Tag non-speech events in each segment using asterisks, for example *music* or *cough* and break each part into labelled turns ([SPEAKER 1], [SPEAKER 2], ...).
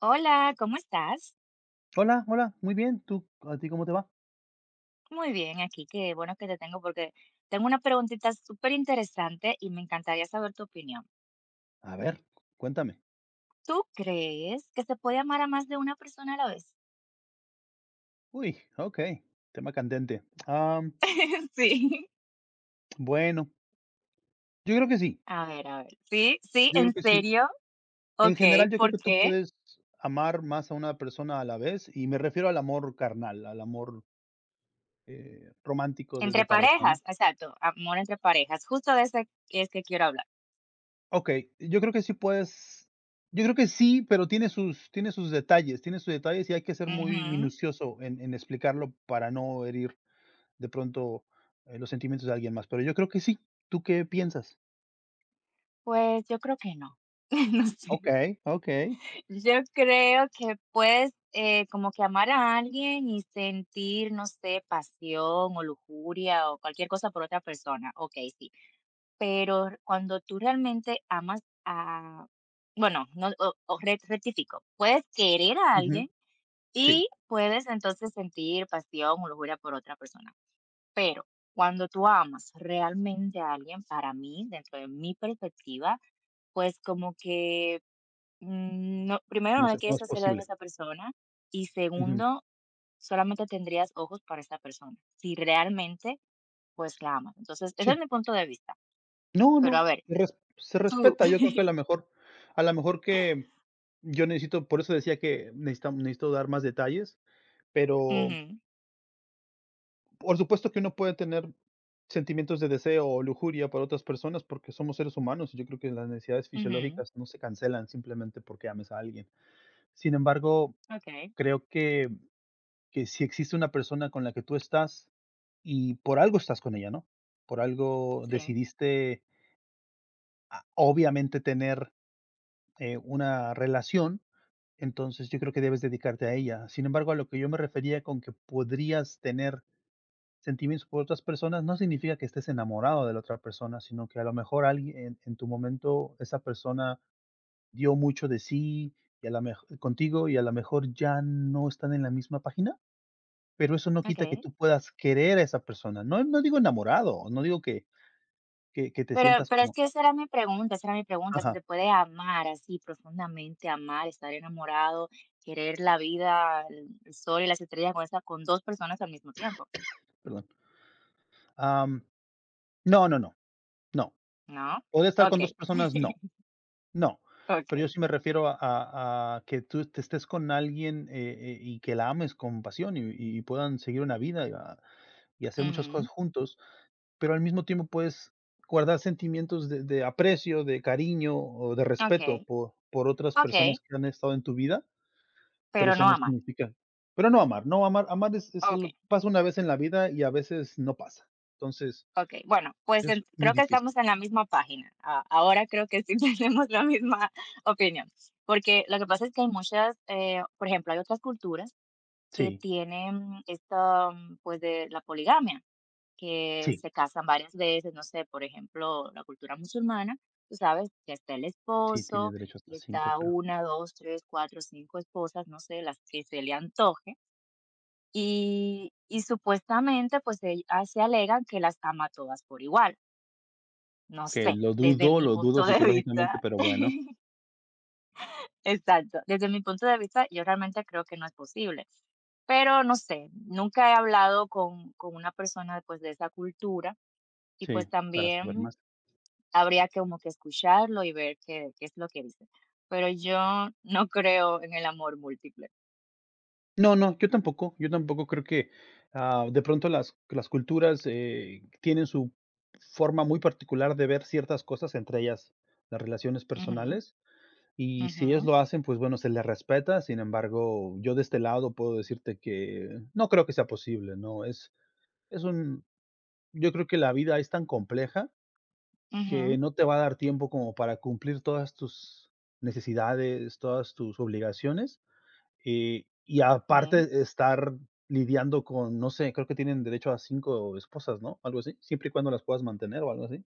[SPEAKER 1] Hola, ¿cómo estás?
[SPEAKER 2] Hola, hola, muy bien. ¿A ti cómo te va?
[SPEAKER 1] Muy bien, aquí qué bueno que te tengo porque tengo una preguntita súper interesante y me encantaría saber tu opinión.
[SPEAKER 2] A ver, cuéntame.
[SPEAKER 1] ¿Tú crees que se puede amar a más de una persona a la vez?
[SPEAKER 2] Uy, ok, tema candente. Am,
[SPEAKER 1] *laughs* Sí.
[SPEAKER 2] bueno, yo creo que sí,
[SPEAKER 1] A ver, a ver. Sí, sí,
[SPEAKER 2] yo creo
[SPEAKER 1] ¿en
[SPEAKER 2] que sí.
[SPEAKER 1] serio?
[SPEAKER 2] En
[SPEAKER 1] Ok,
[SPEAKER 2] general, yo creo
[SPEAKER 1] ¿por
[SPEAKER 2] que tú
[SPEAKER 1] qué?
[SPEAKER 2] puedes amar más a una persona a la vez, y me refiero al amor carnal, al amor romántico de
[SPEAKER 1] Entre
[SPEAKER 2] pareja, ¿no?
[SPEAKER 1] parejas, exacto, amor entre parejas. Justo de ese es que quiero hablar.
[SPEAKER 2] Ok, yo creo que sí puedes, yo creo que sí, pero tiene sus detalles y hay que ser muy
[SPEAKER 1] Ujú.
[SPEAKER 2] minucioso en explicarlo para no herir de pronto, los sentimientos de alguien más, pero yo creo que sí. ¿Tú qué piensas?
[SPEAKER 1] Pues yo creo que no. *laughs* No sé.
[SPEAKER 2] Okey, okey.
[SPEAKER 1] Yo creo que puedes, como que amar a alguien y sentir, no sé, pasión o lujuria o cualquier cosa por otra persona, okey, sí. Pero cuando tú realmente amas a, bueno, no, o re rectifico, puedes querer a
[SPEAKER 2] Ujú,
[SPEAKER 1] alguien
[SPEAKER 2] sí,
[SPEAKER 1] y puedes entonces sentir pasión o lujuria por otra persona, pero cuando tú amas realmente a alguien, para mí, dentro de mi perspectiva, pues como que no, primero,
[SPEAKER 2] no
[SPEAKER 1] no le
[SPEAKER 2] sé cómo
[SPEAKER 1] quieres
[SPEAKER 2] es
[SPEAKER 1] hacer daño a
[SPEAKER 2] posible.
[SPEAKER 1] esa persona, y
[SPEAKER 2] Ujú,
[SPEAKER 1] segundo, solamente tendrías ojos para esa persona, si realmente, pues, la amas. Entonces, ese es
[SPEAKER 2] sí.
[SPEAKER 1] mi punto de vista.
[SPEAKER 2] No, no,
[SPEAKER 1] Pero a ver,
[SPEAKER 2] res se
[SPEAKER 1] tú
[SPEAKER 2] respeta, yo creo que a la
[SPEAKER 1] *laughs*
[SPEAKER 2] mejor a la mejor que yo necesito, por eso decía que necesita necesito dar más detalles, pero
[SPEAKER 1] Ujú,
[SPEAKER 2] por supuesto que uno puede tener sentimientos de deseo o lujuria por otras personas porque somos seres humanos, y yo creo que las necesidades
[SPEAKER 1] ujú,
[SPEAKER 2] fisiológicas no se cancelan simplemente porque ames a alguien. Sin embargo,
[SPEAKER 1] okey,
[SPEAKER 2] creo que si existe una persona con la que tú estás y por algo estás con ella, ¿no? Por algo
[SPEAKER 1] sí,
[SPEAKER 2] decidiste, obviamente, tener, una relación, entonces yo creo que debes dedicarte a ella. Sin embargo, a lo que yo me refería con que podrías tener sentimientos por otras personas, no significa que estés enamorado de la otra persona, sino que a lo mejor alguien en tu momento esa persona dio mucho de sí y a la mejo contigo y a lo mejor ya no están en la misma página. Pero eso no quita que
[SPEAKER 1] okey.
[SPEAKER 2] tú puedas querer a esa persona. No digo enamorado, no digo que te
[SPEAKER 1] Pero
[SPEAKER 2] sientas
[SPEAKER 1] pero es
[SPEAKER 2] como
[SPEAKER 1] que esa era mi pregunta, si
[SPEAKER 2] ajá,
[SPEAKER 1] se puede amar así profundamente, amar, estar enamorado, querer la vida, el sol y las estrellas con esa con 2 personas al mismo tiempo,
[SPEAKER 2] perdón. Am, no, no, no, no.
[SPEAKER 1] ¿no?
[SPEAKER 2] Poder estar con
[SPEAKER 1] Okey,
[SPEAKER 2] 2 personas, no, no. Pero yo
[SPEAKER 1] okey,
[SPEAKER 2] sí
[SPEAKER 1] *laughs*
[SPEAKER 2] me refiero a que tú te estés con alguien, y que la ames con pasión, y puedan seguir una vida, y hacer muchas cosas
[SPEAKER 1] ujú.
[SPEAKER 2] juntos, pero al mismo tiempo puedes guardar sentimientos de aprecio, de cariño o de
[SPEAKER 1] Okey,
[SPEAKER 2] respeto por otras personas
[SPEAKER 1] okey,
[SPEAKER 2] que han estado en tu vida, Pero
[SPEAKER 1] pero
[SPEAKER 2] eso
[SPEAKER 1] no
[SPEAKER 2] no
[SPEAKER 1] amar.
[SPEAKER 2] significa pero no amar amar es algo
[SPEAKER 1] Okey,
[SPEAKER 2] pasa una vez en la vida y a veces no pasa. Entonces,
[SPEAKER 1] okey. Bueno, pues en
[SPEAKER 2] es muy
[SPEAKER 1] creo que
[SPEAKER 2] difícil.
[SPEAKER 1] estamos en la misma página. A ahora creo que sí *laughs* tenemos la misma opinión, porque lo que pasa es que hay muchas, por ejemplo, hay otras culturas que
[SPEAKER 2] Sí,
[SPEAKER 1] tienen esta, pues, de la poligamia, que
[SPEAKER 2] sí,
[SPEAKER 1] se casan varias veces, no sé, por ejemplo, la cultura musulmana, tú sabes que está el
[SPEAKER 2] sí, tiene
[SPEAKER 1] esposo
[SPEAKER 2] derecho hasta
[SPEAKER 1] y
[SPEAKER 2] cinco
[SPEAKER 1] está
[SPEAKER 2] creo.
[SPEAKER 1] una, 2, 3, 4, 5 esposas, no sé, las que se le antoje. Y supuestamente, pues, se alegan que las ama a todas por igual. No
[SPEAKER 2] Que
[SPEAKER 1] sé, desde mi
[SPEAKER 2] lo dudo
[SPEAKER 1] punto de vista
[SPEAKER 2] psicológicamente, pero bueno,
[SPEAKER 1] *laughs* exacto, desde mi punto de vista, yo realmente creo que no es posible. Pero no sé, nunca he hablado con una persona, pues, de esa cultura y,
[SPEAKER 2] sí,
[SPEAKER 1] pues,
[SPEAKER 2] para saber
[SPEAKER 1] también
[SPEAKER 2] más.
[SPEAKER 1] habría que como que escucharlo y ver qué es lo que dice. Pero yo no creo en el amor múltiple.
[SPEAKER 2] No, no, yo tampoco creo que, ah, de pronto las culturas, tienen su forma muy particular de ver ciertas cosas, entre ellas las relaciones
[SPEAKER 1] Ujú,
[SPEAKER 2] personales. Y si ellos
[SPEAKER 1] ujú,
[SPEAKER 2] lo hacen, pues bueno, se les respeta. Sin embargo, yo de este lado puedo decirte que no creo que sea posible, ¿no? Es un Yo creo que la vida es tan compleja
[SPEAKER 1] ujú,
[SPEAKER 2] que no te va a dar tiempo como para cumplir todas tus necesidades, todas tus obligaciones, y
[SPEAKER 1] sí,
[SPEAKER 2] aparte estar lidiando con, no sé, creo que tienen derecho a 5 esposas, ¿no? Algo así, siempre y cuando las puedas mantener o algo así.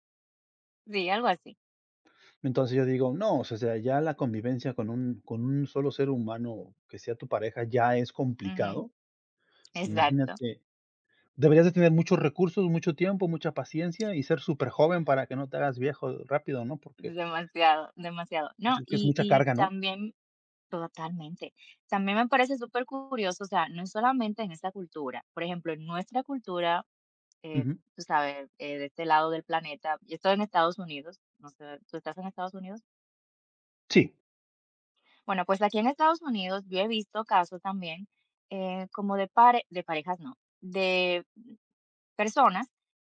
[SPEAKER 1] sí, algo así.
[SPEAKER 2] Entonces yo digo, no, o sea, ya la convivencia con un solo ser humano que sea tu pareja ya es
[SPEAKER 1] Ujú,
[SPEAKER 2] complicado.
[SPEAKER 1] exacto.
[SPEAKER 2] Imagínate, deberías de tener muchos recursos, mucho tiempo, mucha paciencia y ser súper joven para que no te hagas viejo rápido, ¿no? Porque
[SPEAKER 1] Demasiado, demasiado.
[SPEAKER 2] yo
[SPEAKER 1] No,
[SPEAKER 2] creo que es
[SPEAKER 1] y
[SPEAKER 2] mucha
[SPEAKER 1] y
[SPEAKER 2] carga, ¿no?
[SPEAKER 1] también totalmente. También me parece súper curioso, o sea, no es solamente en esa cultura. Por ejemplo, en nuestra cultura, eh,
[SPEAKER 2] Ujú.
[SPEAKER 1] tú sabes, de este lado del planeta, yo estoy en Estados Unidos, no sé, ¿tú estás en Estados Unidos?
[SPEAKER 2] Sí,
[SPEAKER 1] Bueno, pues aquí en Estados Unidos yo he visto casos también, como de pare de parejas no, de personas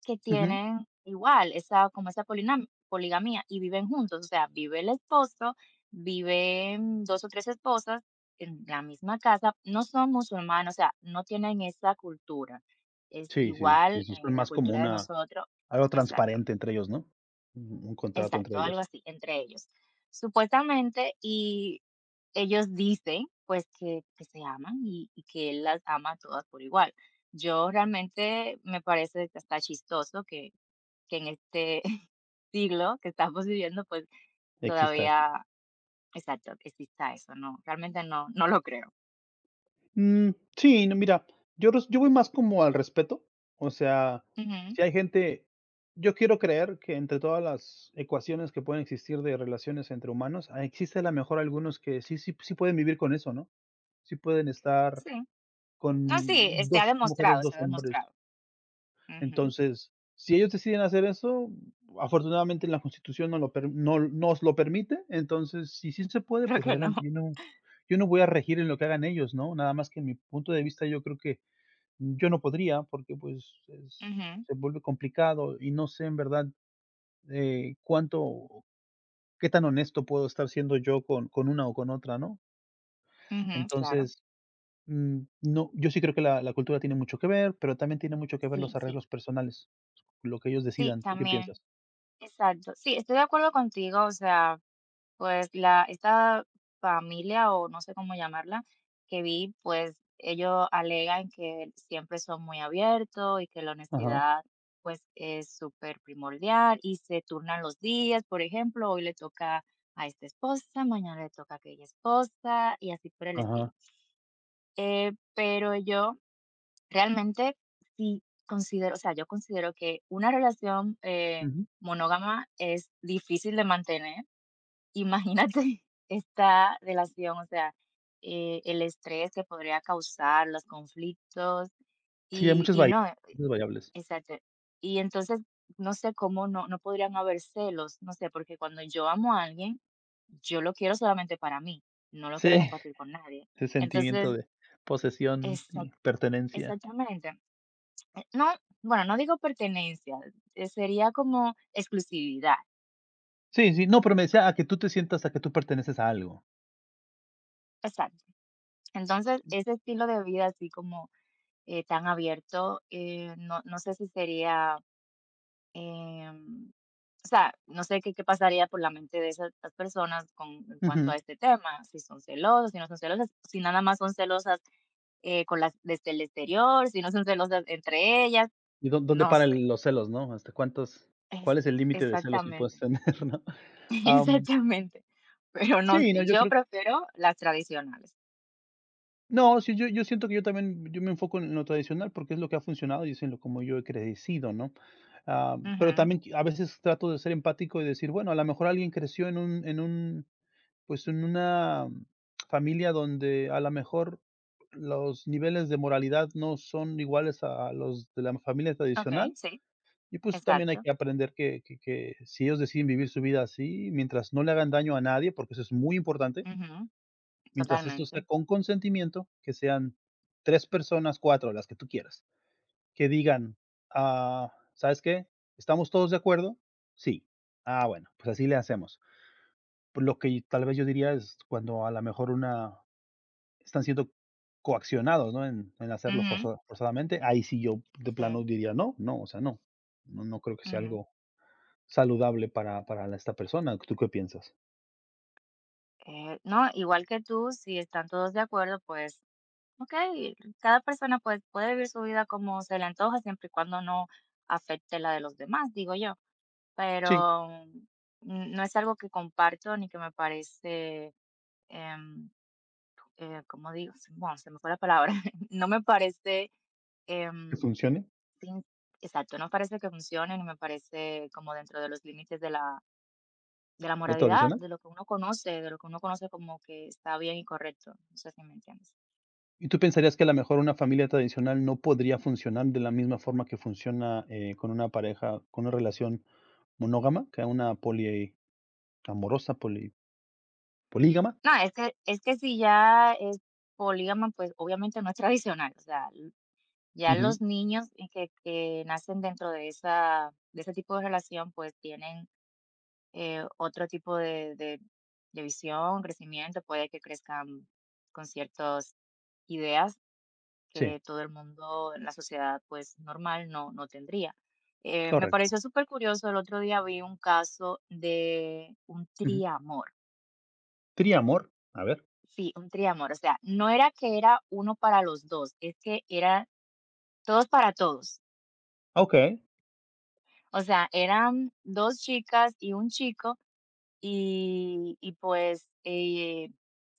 [SPEAKER 1] que
[SPEAKER 2] ujú.
[SPEAKER 1] tienen igual esa como esa polinam poligamia y viven juntos, o sea, vive el esposo, viven 2 o 3 esposas en la misma casa, no son musulmanes, o sea, no tienen esa cultura. Es
[SPEAKER 2] Sí, sí, sí,
[SPEAKER 1] igual
[SPEAKER 2] sí, son
[SPEAKER 1] en la
[SPEAKER 2] más como
[SPEAKER 1] cultura de
[SPEAKER 2] una
[SPEAKER 1] nosotros,
[SPEAKER 2] algo
[SPEAKER 1] exacto.
[SPEAKER 2] transparente entre ellos, ¿no? Un contrato entre
[SPEAKER 1] Exacto, algo
[SPEAKER 2] ellos.
[SPEAKER 1] así, entre ellos. Supuestamente, y ellos dicen, pues, que se aman, y que él las ama a todas por igual. Yo, realmente, me parece que está chistoso que en este *laughs* siglo que estamos viviendo, pues,
[SPEAKER 2] Exista.
[SPEAKER 1] todavía, exacto, exista eso, no, realmente no, no lo creo.
[SPEAKER 2] Mm, sí, no, mira, yo voy más como al respeto, o sea,
[SPEAKER 1] Ujú.
[SPEAKER 2] si hay gente yo quiero creer que entre todas las ecuaciones que pueden existir de relaciones entre humanos, existe a la mejor algunos que sí sí sí pueden vivir con eso, ¿no? Sí pueden estar
[SPEAKER 1] Sí, no, sí,
[SPEAKER 2] con
[SPEAKER 1] se ha
[SPEAKER 2] 2 mujeres,
[SPEAKER 1] demostrado, se
[SPEAKER 2] 2
[SPEAKER 1] ha
[SPEAKER 2] hombres.
[SPEAKER 1] demostrado. Ujú,
[SPEAKER 2] Entonces, si ellos deciden hacer eso, afortunadamente en la Constitución no lo per- no, nos lo permite, entonces si sí
[SPEAKER 1] *laughs*
[SPEAKER 2] se puede,
[SPEAKER 1] creo
[SPEAKER 2] pues
[SPEAKER 1] que no.
[SPEAKER 2] adelante, yo no voy a regir en lo que hagan ellos, ¿no? Nada más que en mi punto de vista yo creo que yo no podría porque pues
[SPEAKER 1] Ujú,
[SPEAKER 2] se vuelve complicado y no sé en verdad eh, cuánto, qué tan honesto puedo estar siendo yo con una o con otra, ¿no?
[SPEAKER 1] ujú, claro,
[SPEAKER 2] Entonces, no, yo sí creo que la cultura tiene mucho que ver, pero también tiene mucho que ver
[SPEAKER 1] sí,
[SPEAKER 2] los
[SPEAKER 1] sí,
[SPEAKER 2] arreglos personales, lo que ellos
[SPEAKER 1] sí,
[SPEAKER 2] decidan. ¿Tú qué
[SPEAKER 1] también.
[SPEAKER 2] piensas?
[SPEAKER 1] Exacto. Sí, estoy de acuerdo contigo, o sea, pues la esta familia, o no sé cómo llamarla, que vi, pues ellos alegan que siempre son muy abiertos y que la
[SPEAKER 2] Ajá,
[SPEAKER 1] honestidad pues es súper primordial, y se turnan los días, por ejemplo, hoy le toca a esta esposa, mañana le toca a aquella esposa y así por el estilo.
[SPEAKER 2] ajá.
[SPEAKER 1] Pero yo realmente sí considero, o sea, yo considero que una relación,
[SPEAKER 2] Ujú.
[SPEAKER 1] monógama es difícil de mantener. Imagínate *laughs* esta relación, o sea, el estrés que podría causar, los conflictos
[SPEAKER 2] Sí, hay
[SPEAKER 1] y y no,
[SPEAKER 2] muchas variables.
[SPEAKER 1] exacto. Y entonces, no sé cómo no podrían haber celos, no sé, porque cuando yo amo a alguien, yo lo quiero solamente para mí, no lo quiero
[SPEAKER 2] Sí,
[SPEAKER 1] compartir con nadie.
[SPEAKER 2] ese
[SPEAKER 1] Entonces,
[SPEAKER 2] sentimiento de posesión
[SPEAKER 1] exac
[SPEAKER 2] y pertenencia.
[SPEAKER 1] exactamente. No, bueno, no digo pertenencia, sería como exclusividad.
[SPEAKER 2] Sí, sí, no, pero me decía a que tú perteneces a algo.
[SPEAKER 1] Exacto. Entonces, ese estilo de vida así como tan abierto, no, no sé si sería, em, o sea, no sé qué pasaría por la mente de esas personas con, en cuanto a
[SPEAKER 2] Ujú.
[SPEAKER 1] este tema, si son celosas, si no son celosas, si nada más son celosas, con las desde el exterior, si no son celosas entre ellas,
[SPEAKER 2] ¿Y dó dónde
[SPEAKER 1] no
[SPEAKER 2] paran
[SPEAKER 1] sé.
[SPEAKER 2] el los celos, no? ¿Hasta cuántos
[SPEAKER 1] Es-
[SPEAKER 2] cuál es el límite de celos que puedes
[SPEAKER 1] exactamente.
[SPEAKER 2] tener, *laughs* no?
[SPEAKER 1] *laughs*
[SPEAKER 2] Am,
[SPEAKER 1] Exactamente, pero no
[SPEAKER 2] sí, no,
[SPEAKER 1] sé,
[SPEAKER 2] yo
[SPEAKER 1] yo
[SPEAKER 2] creo
[SPEAKER 1] prefiero las tradicionales.
[SPEAKER 2] no, sí, yo siento que yo también yo me enfoco en lo tradicional porque es lo que ha funcionado y es en lo como yo he crecido, ¿no? Ah, pero
[SPEAKER 1] Ujú,
[SPEAKER 2] también a veces trato de ser empático y decir, bueno, a lo mejor alguien creció en un Pues en una familia donde a la mejor los niveles de moralidad no son iguales a los de la familia
[SPEAKER 1] okey,
[SPEAKER 2] tradicional,
[SPEAKER 1] sí,
[SPEAKER 2] y pues también hay
[SPEAKER 1] exacto.
[SPEAKER 2] que aprender que si ellos deciden vivir su vida así, mientras no le hagan daño a nadie, porque eso es muy importante,
[SPEAKER 1] Ujú,
[SPEAKER 2] mientras esto
[SPEAKER 1] totalmente.
[SPEAKER 2] sea con consentimiento, que sean 3 personas, 4 las que tú quieras, que digan: "Ah, ¿sabes qué? ¿Estamos todos de acuerdo? Sí. Ah, bueno, pues así le hacemos". Pues lo que tal vez yo diría es cuando a la mejor una Están siendo coaccionados, ¿no? En hacerlo
[SPEAKER 1] Ujú,
[SPEAKER 2] forzadamente. Ahí sí yo de plano
[SPEAKER 1] sí,
[SPEAKER 2] diría: "No, no, o sea, no". No creo que sea
[SPEAKER 1] ujú.
[SPEAKER 2] algo saludable para la esta persona, ¿tú qué piensas?
[SPEAKER 1] No, igual que tú, si están todos de acuerdo, pues, okey, cada persona, pues, puede vivir su vida como se le antoja, siempre y cuando no afecte la de los demás, digo yo,
[SPEAKER 2] Sí,
[SPEAKER 1] pero, no es algo que comparto ni que me parece, em ¿cómo digo? Bueno, se me fue la palabra. *laughs* No me parece,
[SPEAKER 2] que
[SPEAKER 1] em,
[SPEAKER 2] funcione,
[SPEAKER 1] sin- exacto, no parece que funcione, ni me parece como dentro de los límites de la,
[SPEAKER 2] lo
[SPEAKER 1] moralidad,
[SPEAKER 2] tradicional.
[SPEAKER 1] de lo que uno conoce, de lo que uno conoce como que está bien y correcto. No sé si me entiendes.
[SPEAKER 2] ¿Y tú pensarías que a lo mejor una familia tradicional no podría funcionar de la misma forma que funciona, con una pareja, con una relación monógama, que una poliamorosa, poli polígama?
[SPEAKER 1] No, es que si ya es polígama, pues obviamente no es tradicional. O sea, ya
[SPEAKER 2] Ujú,
[SPEAKER 1] los niños y que nacen dentro de ese tipo de relación, pues tienen otro tipo de visión, crecimiento, puede que crezcan con ciertas ideas
[SPEAKER 2] sí,
[SPEAKER 1] que todo el mundo en la sociedad pues normal no tendría. Me
[SPEAKER 2] correcto.
[SPEAKER 1] pareció súper curioso, el otro día vi un caso de un
[SPEAKER 2] Ujú.
[SPEAKER 1] triamor,
[SPEAKER 2] Triamor, a ver,
[SPEAKER 1] sí, un triamor, o sea, no era que era uno para los dos, es que era todos para todos.
[SPEAKER 2] okey.
[SPEAKER 1] O sea, eran dos chicas y un chico. Y pues,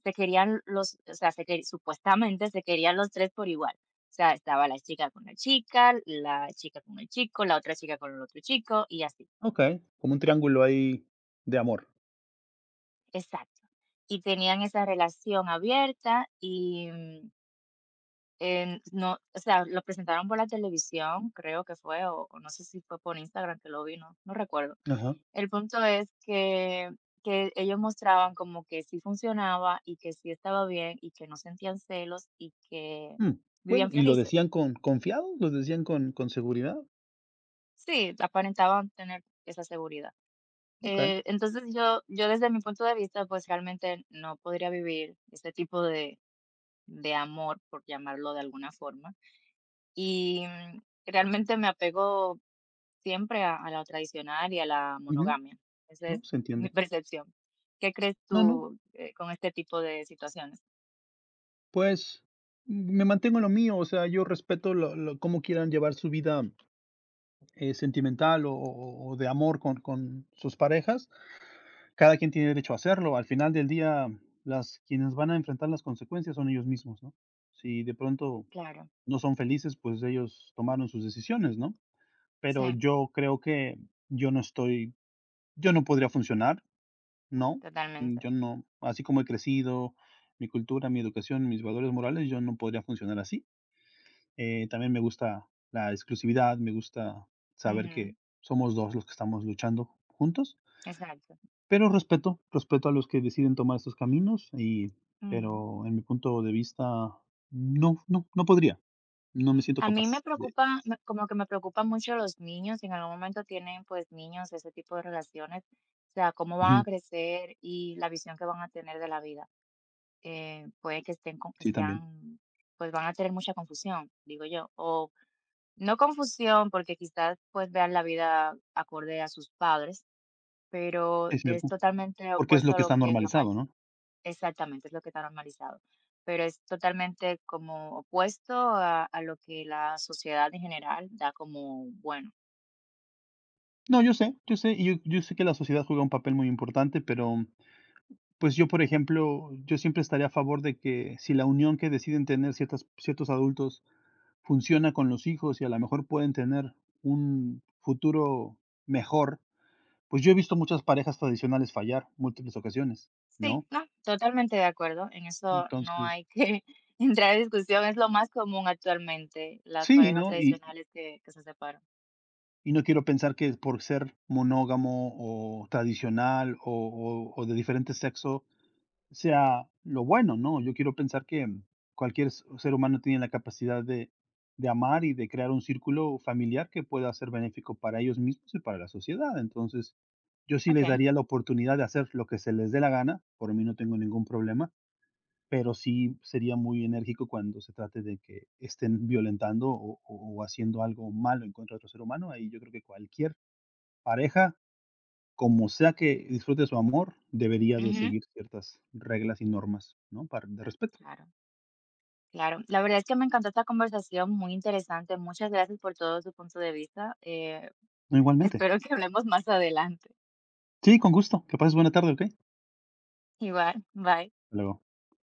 [SPEAKER 1] se querían los o sea, se que supuestamente se querían los 3 por igual. O sea, estaba la chica con el chico, la otra chica con el otro chico y así.
[SPEAKER 2] Okey, como un triángulo ahí de amor.
[SPEAKER 1] Exacto. Y tenían esa relación abierta y, en no, o sea, lo presentaron por la televisión, creo que fue, o no sé si fue por Instagram que lo vi, no recuerdo.
[SPEAKER 2] Ajá.
[SPEAKER 1] El punto es que ellos mostraban como que sí funcionaba, y que sí estaba bien, y que no sentían celos, y que
[SPEAKER 2] Mm, bueno,
[SPEAKER 1] vivían felices.
[SPEAKER 2] ¿Lo decían con seguridad?
[SPEAKER 1] Sí, aparentaban tener esa seguridad.
[SPEAKER 2] Okey.
[SPEAKER 1] Entonces, yo desde mi punto de vista, pues, realmente no podría vivir ese tipo de amor, por llamarlo de alguna forma, y, realmente me apego siempre a la tradicional y a la
[SPEAKER 2] Ujú.
[SPEAKER 1] monogamia. Esa
[SPEAKER 2] No,
[SPEAKER 1] es
[SPEAKER 2] se
[SPEAKER 1] *laughs* mi
[SPEAKER 2] entiende.
[SPEAKER 1] percepción. ¿Qué crees
[SPEAKER 2] No, no,
[SPEAKER 1] tú, con este tipo de situaciones?
[SPEAKER 2] pues, me mantengo en lo mío, o sea, yo respeto lo cómo quieran llevar su vida, sentimental o de amor con sus parejas. Cada quien tiene derecho a hacerlo. Al final del día, las quienes van a enfrentar las consecuencias son ellos mismos, ¿no? Si de pronto
[SPEAKER 1] Claro,
[SPEAKER 2] no son felices, pues ellos tomaron sus decisiones, ¿no?
[SPEAKER 1] sí,
[SPEAKER 2] Pero yo creo que yo no estoy yo no podría funcionar, no,
[SPEAKER 1] totalmente.
[SPEAKER 2] yo no, así como he crecido, mi cultura, mi educación, mis valores morales, yo no podría funcionar así. También me gusta la exclusividad, me gusta saber que
[SPEAKER 1] Ujú,
[SPEAKER 2] somos 2 los que estamos luchando juntos,
[SPEAKER 1] exacto.
[SPEAKER 2] pero respeto, respeto a los que deciden tomar estos caminos y
[SPEAKER 1] Ujú.
[SPEAKER 2] pero en mi punto de vista, no podría, no me siento
[SPEAKER 1] A mí me
[SPEAKER 2] capaz de.
[SPEAKER 1] preocupa, como que me preocupan mucho los niños, si en algún momento tienen pues niños, ese tipo de relaciones, o sea, cómo van a crecer y la visión que van a tener de la vida. Puede que estén con
[SPEAKER 2] *laughs*
[SPEAKER 1] que
[SPEAKER 2] Sí, también,
[SPEAKER 1] sean, pues van a tener mucha confusión, digo yo, o no confusión, porque quizás pues vean la vida acorde a sus padres, pero
[SPEAKER 2] es
[SPEAKER 1] es
[SPEAKER 2] cierto,
[SPEAKER 1] totalmente
[SPEAKER 2] porque es
[SPEAKER 1] opuesto
[SPEAKER 2] lo
[SPEAKER 1] a
[SPEAKER 2] que
[SPEAKER 1] lo
[SPEAKER 2] está
[SPEAKER 1] que
[SPEAKER 2] normalizado, ¿no?
[SPEAKER 1] exactamente es lo que está normalizado, pero es totalmente como opuesto a lo que la sociedad en general da como bueno.
[SPEAKER 2] No, yo sé, y yo sé que la sociedad juega un papel muy importante, pero, pues, yo, por ejemplo, yo siempre estaré a favor de que si la unión que deciden tener ciertas ciertos adultos funciona con los hijos y a lo mejor pueden tener un futuro mejor, pues, yo he visto muchas parejas tradicionales fallar múltiples ocasiones,
[SPEAKER 1] Sí,
[SPEAKER 2] ¿no?
[SPEAKER 1] no, totalmente de acuerdo, en eso no
[SPEAKER 2] Entonces
[SPEAKER 1] hay que *laughs* entrar en discusión, es lo más común actualmente, las
[SPEAKER 2] sí,
[SPEAKER 1] parejas
[SPEAKER 2] ¿no? Y y
[SPEAKER 1] tradicionales que se separan.
[SPEAKER 2] y no quiero pensar que por ser monógamo o tradicional o de diferente sexo sea lo bueno, ¿no? Yo quiero pensar que cualquier ser humano tiene la capacidad de amar y de crear un círculo familiar que pueda ser benéfico para ellos mismos y para la sociedad. Entonces, yo sí
[SPEAKER 1] Ok,
[SPEAKER 2] les daría la oportunidad de hacer lo que se les dé la gana, por mí no tengo ningún problema, pero sí sería muy enérgico cuando se trate de que estén violentando o haciendo algo malo en contra de otro ser humano. Ahí yo creo que cualquier pareja como sea que disfrute su amor, debería de
[SPEAKER 1] ujú,
[SPEAKER 2] seguir ciertas reglas y normas, ¿no? Para de respeto.
[SPEAKER 1] claro. Claro, la verdad es que me encantó esta conversación, muy interesante. Muchas gracias por todo su punto de vista.
[SPEAKER 2] No, igualmente.
[SPEAKER 1] Espero que hablemos más adelante.
[SPEAKER 2] Sí, con gusto. Que pases buena tarde, ¿ok? Hasta
[SPEAKER 1] Igual, bye.
[SPEAKER 2] luego.